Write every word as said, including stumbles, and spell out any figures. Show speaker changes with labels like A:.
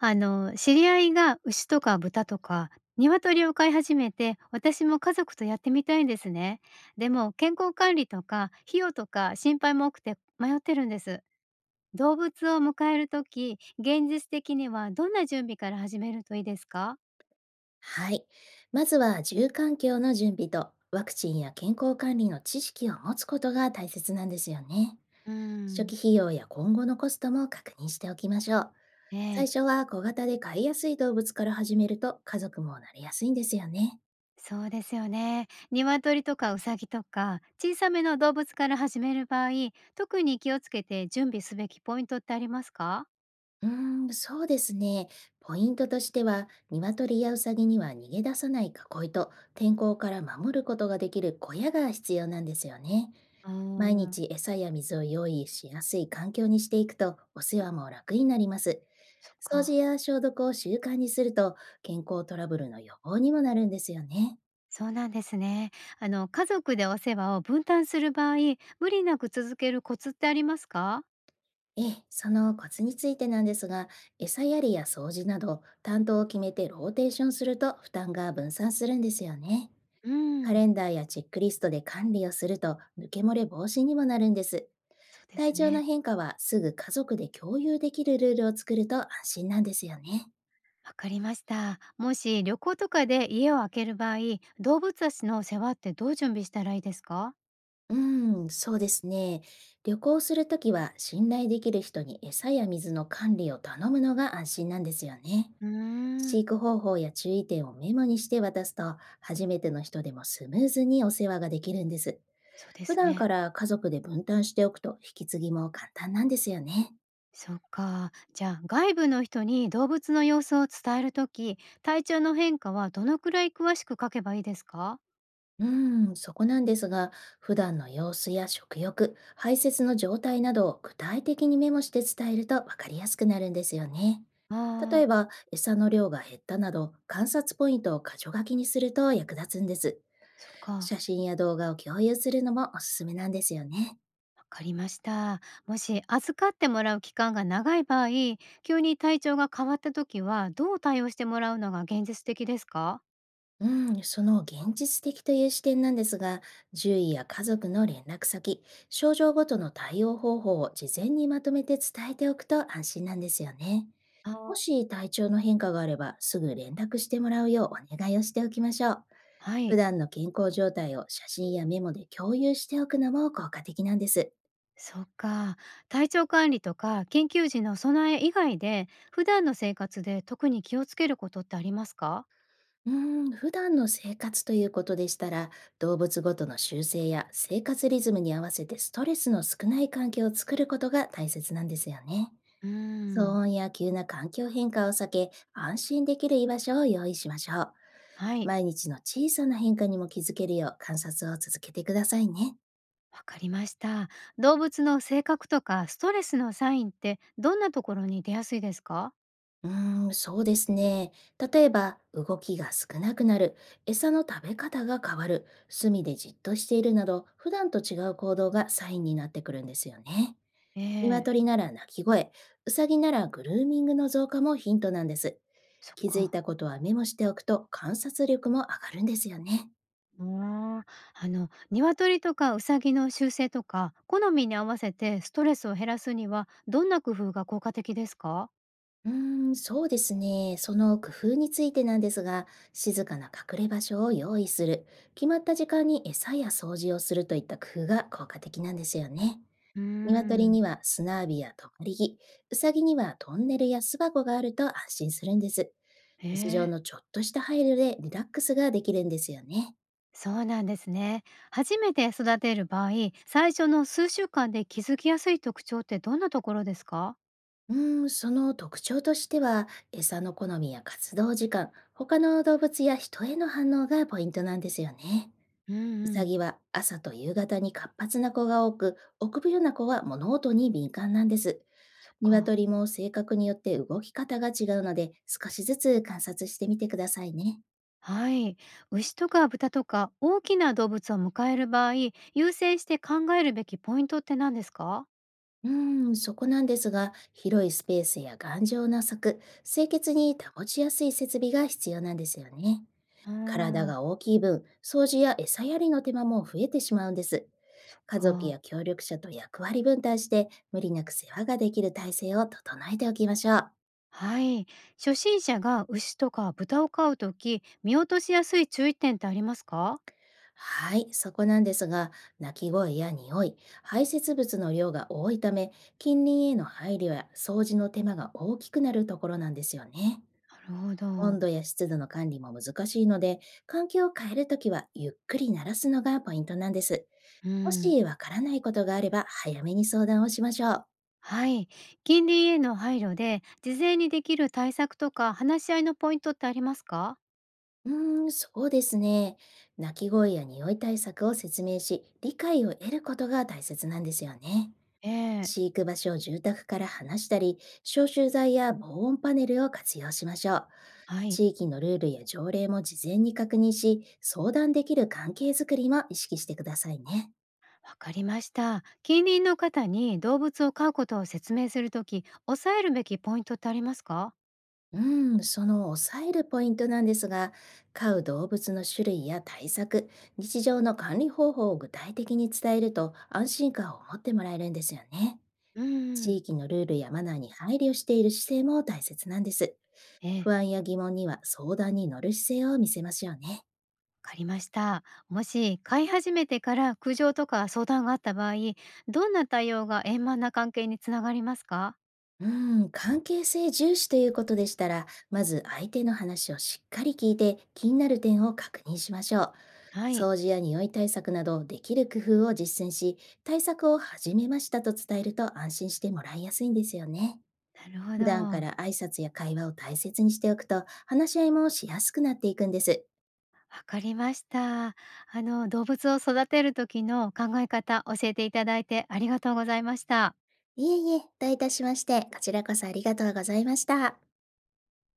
A: あの、知り合いが牛とか豚とか鶏を飼い始めて、私も家族とやってみたいんですね。でも健康管理とか費用とか心配も多くて迷ってるんです。動物を迎えるとき、現実的にはどんな準備から始めるといいですか？
B: はい。まずは住環境の準備とワクチンや健康管理の知識を持つことが大切なんですよね。
A: うー
B: 初
A: ん、
B: 期費用や今後のコストも確認しておきましょう。
A: え
B: 最
A: え、
B: 初は小型で飼いやすい動物から始めると家族も慣れやすいんですよね。
A: そうですよね。鶏とかウサギとか小さめの動物から始める場合、特に気をつけて準備すべきポイントってありますか？
B: うーん、そうですね。ポイントとしては、鶏やウサギには逃げ出さない囲いと、天候から守ることができる小屋が必要なんですよね。
A: あ
B: 毎
A: ー、
B: 日餌や水を用意しやすい環境にしていくとお世話も楽になります。
A: そっ
B: 掃除
A: か。
B: や消毒を習慣にすると健康トラブルの予防にもなるんですよね。
A: そうなんですね。あの、家族でお世話を分担する場合、無理なく続けるコツってありますか？
B: ええ、そのコツについてなんですが、餌やりや掃除など担当を決めてローテーションすると負担が分散するんですよね。
A: う
B: カ
A: ん、
B: レンダーやチェックリストで管理をすると抜け漏れ防止にもなるんです。
A: そうで
B: 体
A: す
B: 調の
A: ね。
B: 変化はすぐ家族で共有できるルールを作ると安心なんですよね。
A: わかりました。もし旅行とかで家を空ける場合、動物たちの世話ってどう準備したらいいですか？
B: うん、そうですね。旅行するときは信頼できる人に餌や水の管理を頼むのが安心なんですよね。
A: うーん、
B: 飼育方法や注意点をメモにして渡すと、初めての人でもスムーズにお世話ができるんです。
A: そうで
B: 普
A: す
B: 段
A: ね。
B: から家族で分担しておくと引き継ぎも簡単なんですよね。
A: そっか。じゃあ、外部の人に動物の様子を伝えるとき、体調の変化はどのくらい詳しく書けばいいですか？
B: うーん、そこなんですが、普段の様子や食欲、排泄の状態などを具体的にメモして伝えると分かりやすくなるんですよね。例
A: ああ
B: え
A: ー、
B: ば、餌の量が減ったなど、観察ポイントを箇条書きにすると役立つんです。
A: そっか。
B: 写真や動画を共有するのもおすすめなんですよね。
A: わかりました。もし預かってもらう期間が長い場合、急に体調が変わった時はどう対応してもらうのが現実的ですか？
B: うん、その現実的という視点なんですが、獣医や家族の連絡先、症状ごとの対応方法を事前にまとめて伝えておくと安心なんですよね。も
A: あ、
B: し体調の変化があれば、すぐ連絡してもらうようお願いをしておきましょう。
A: は
B: 普
A: い、
B: 段の健康状態を写真やメモで共有しておくのも効果的なんです。
A: そっか。体調管理とか緊急時の備え以外で、普段の生活で特に気をつけることってありますか？
B: うーん、普段の生活ということでしたら、動物ごとの習性や生活リズムに合わせてストレスの少ない環境を作ることが大切なんですよね。
A: うー
B: 騒
A: ん、
B: 音や急な環境変化を避け、安心できる居場所を用意しましょう。
A: はい、
B: 毎日の小さな変化にも気づけるよう観察を続けてくださいね。
A: わかりました。動物の性格とかストレスのサインってどんなところに出やすいですか？
B: うーん、そうですね。例えば、動きが少なくなる、餌の食べ方が変わる、隅でじっとしているなど、普段と違う行動がサインになってくるんですよね。
A: ええ、
B: 鶏なら鳴き声、うさぎならグルーミングの増加もヒントなんです。
A: そっ
B: 気づい
A: か。
B: たことはメモしておくと観察力も上がるんですよね。
A: ああ、あの、鶏とかウサギの習性とか、好みに合わせてストレスを減らすには、どんな工夫が効果的ですか？
B: うーん、そうですね。その工夫についてなんですが、静かな隠れ場所を用意する、決まった時間に餌や掃除をするといった工夫が効果的なんですよね。
A: うー
B: 鶏
A: ん、
B: には砂浴びや止まり木、うさぎにはトンネルや巣箱があると安心するんです。
A: へ
B: 日常
A: え、
B: のちょっとした配慮でリラックスができるんですよね。
A: そうなんですね。初めて育てる場合、最初の数週間で気づきやすい特徴ってどんなところですか？
B: うーん、その特徴としては、餌の好みや活動時間、他の動物や人への反応がポイントなんですよね。
A: うん
B: ウ
A: う
B: サ
A: ん。
B: ギは朝と夕方に活発な子が多く、臆病な子は物音に敏感なんです。
A: そっか。
B: 鶏も性格によって動き方が違うので、少しずつ観察してみてくださいね。
A: はい。牛とか豚とか大きな動物を迎える場合、優先して考えるべきポイントって何ですか？
B: うーん、そこなんですが、広いスペースや頑丈な柵、清潔に保ちやすい設備が必要なんですよね。
A: うー
B: 体
A: ん、
B: が大きい分、掃除や餌やりの手間も増えてしまうんです。
A: そっ
B: 家族
A: か。
B: や協力者と役割分担して、無理なく世話ができる体制を整えておきましょう。
A: はい。初心者が牛とか豚を飼うとき、見落としやすい注意点ってありますか？
B: はい、そこなんですが、鳴き声や匂い、排泄物の量が多いため、近隣への配慮や掃除の手間が大きくなるところなんですよね。
A: なるほど。
B: 温度や湿度の管理も難しいので、環境を変えるときはゆっくり鳴らすのがポイントなんです。
A: う
B: も
A: ん。
B: しわからないことがあれば早めに相談をしましょう。
A: はい。近隣への配慮で、事前にできる対策とか話し合いのポイントってありますか？
B: うーん、そうですね。鳴き声や匂い対策を説明し、理解を得ることが大切なんですよね。
A: ええ、
B: 飼育場所を住宅から離したり、消臭剤や防音パネルを活用しましょう。
A: はい。
B: 地域のルールや条例も事前に確認し、相談できる関係づくりも意識してくださいね。
A: わかりました。近隣の方に動物を飼うことを説明するとき、抑えるべきポイントってありますか？
B: うん、その抑えるポイントなんですが、飼う動物の種類や対策、日常の管理方法を具体的に伝えると安心感を持ってもらえるんですよね。
A: うんう
B: 地
A: ん。
B: 域のルールやマナーに配慮している姿勢も大切なんです。
A: ええ、
B: 不安や疑問には相談に乗る姿勢を見せましょうね。
A: わかりました。もし飼い始めてから苦情とか相談があった場合、どんな対応が円満な関係につながりますか？
B: うーん、関係性重視ということでしたら、まず相手の話をしっかり聞いて気になる点を確認しましょう。
A: はい、
B: 掃除や匂い対策などできる工夫を実践し、対策を始めましたと伝えると安心してもらいやすいんですよね。
A: なるほ
B: 普段か
A: ど。
B: ら挨拶や会話を大切にしておくと話し合いもしやすくなっていくんです。
A: わかりました。あの動物を育てる時の考え方教えていただいてありがとうございました。
B: いえいえ、どういたしまして、こちらこそありがとうございました。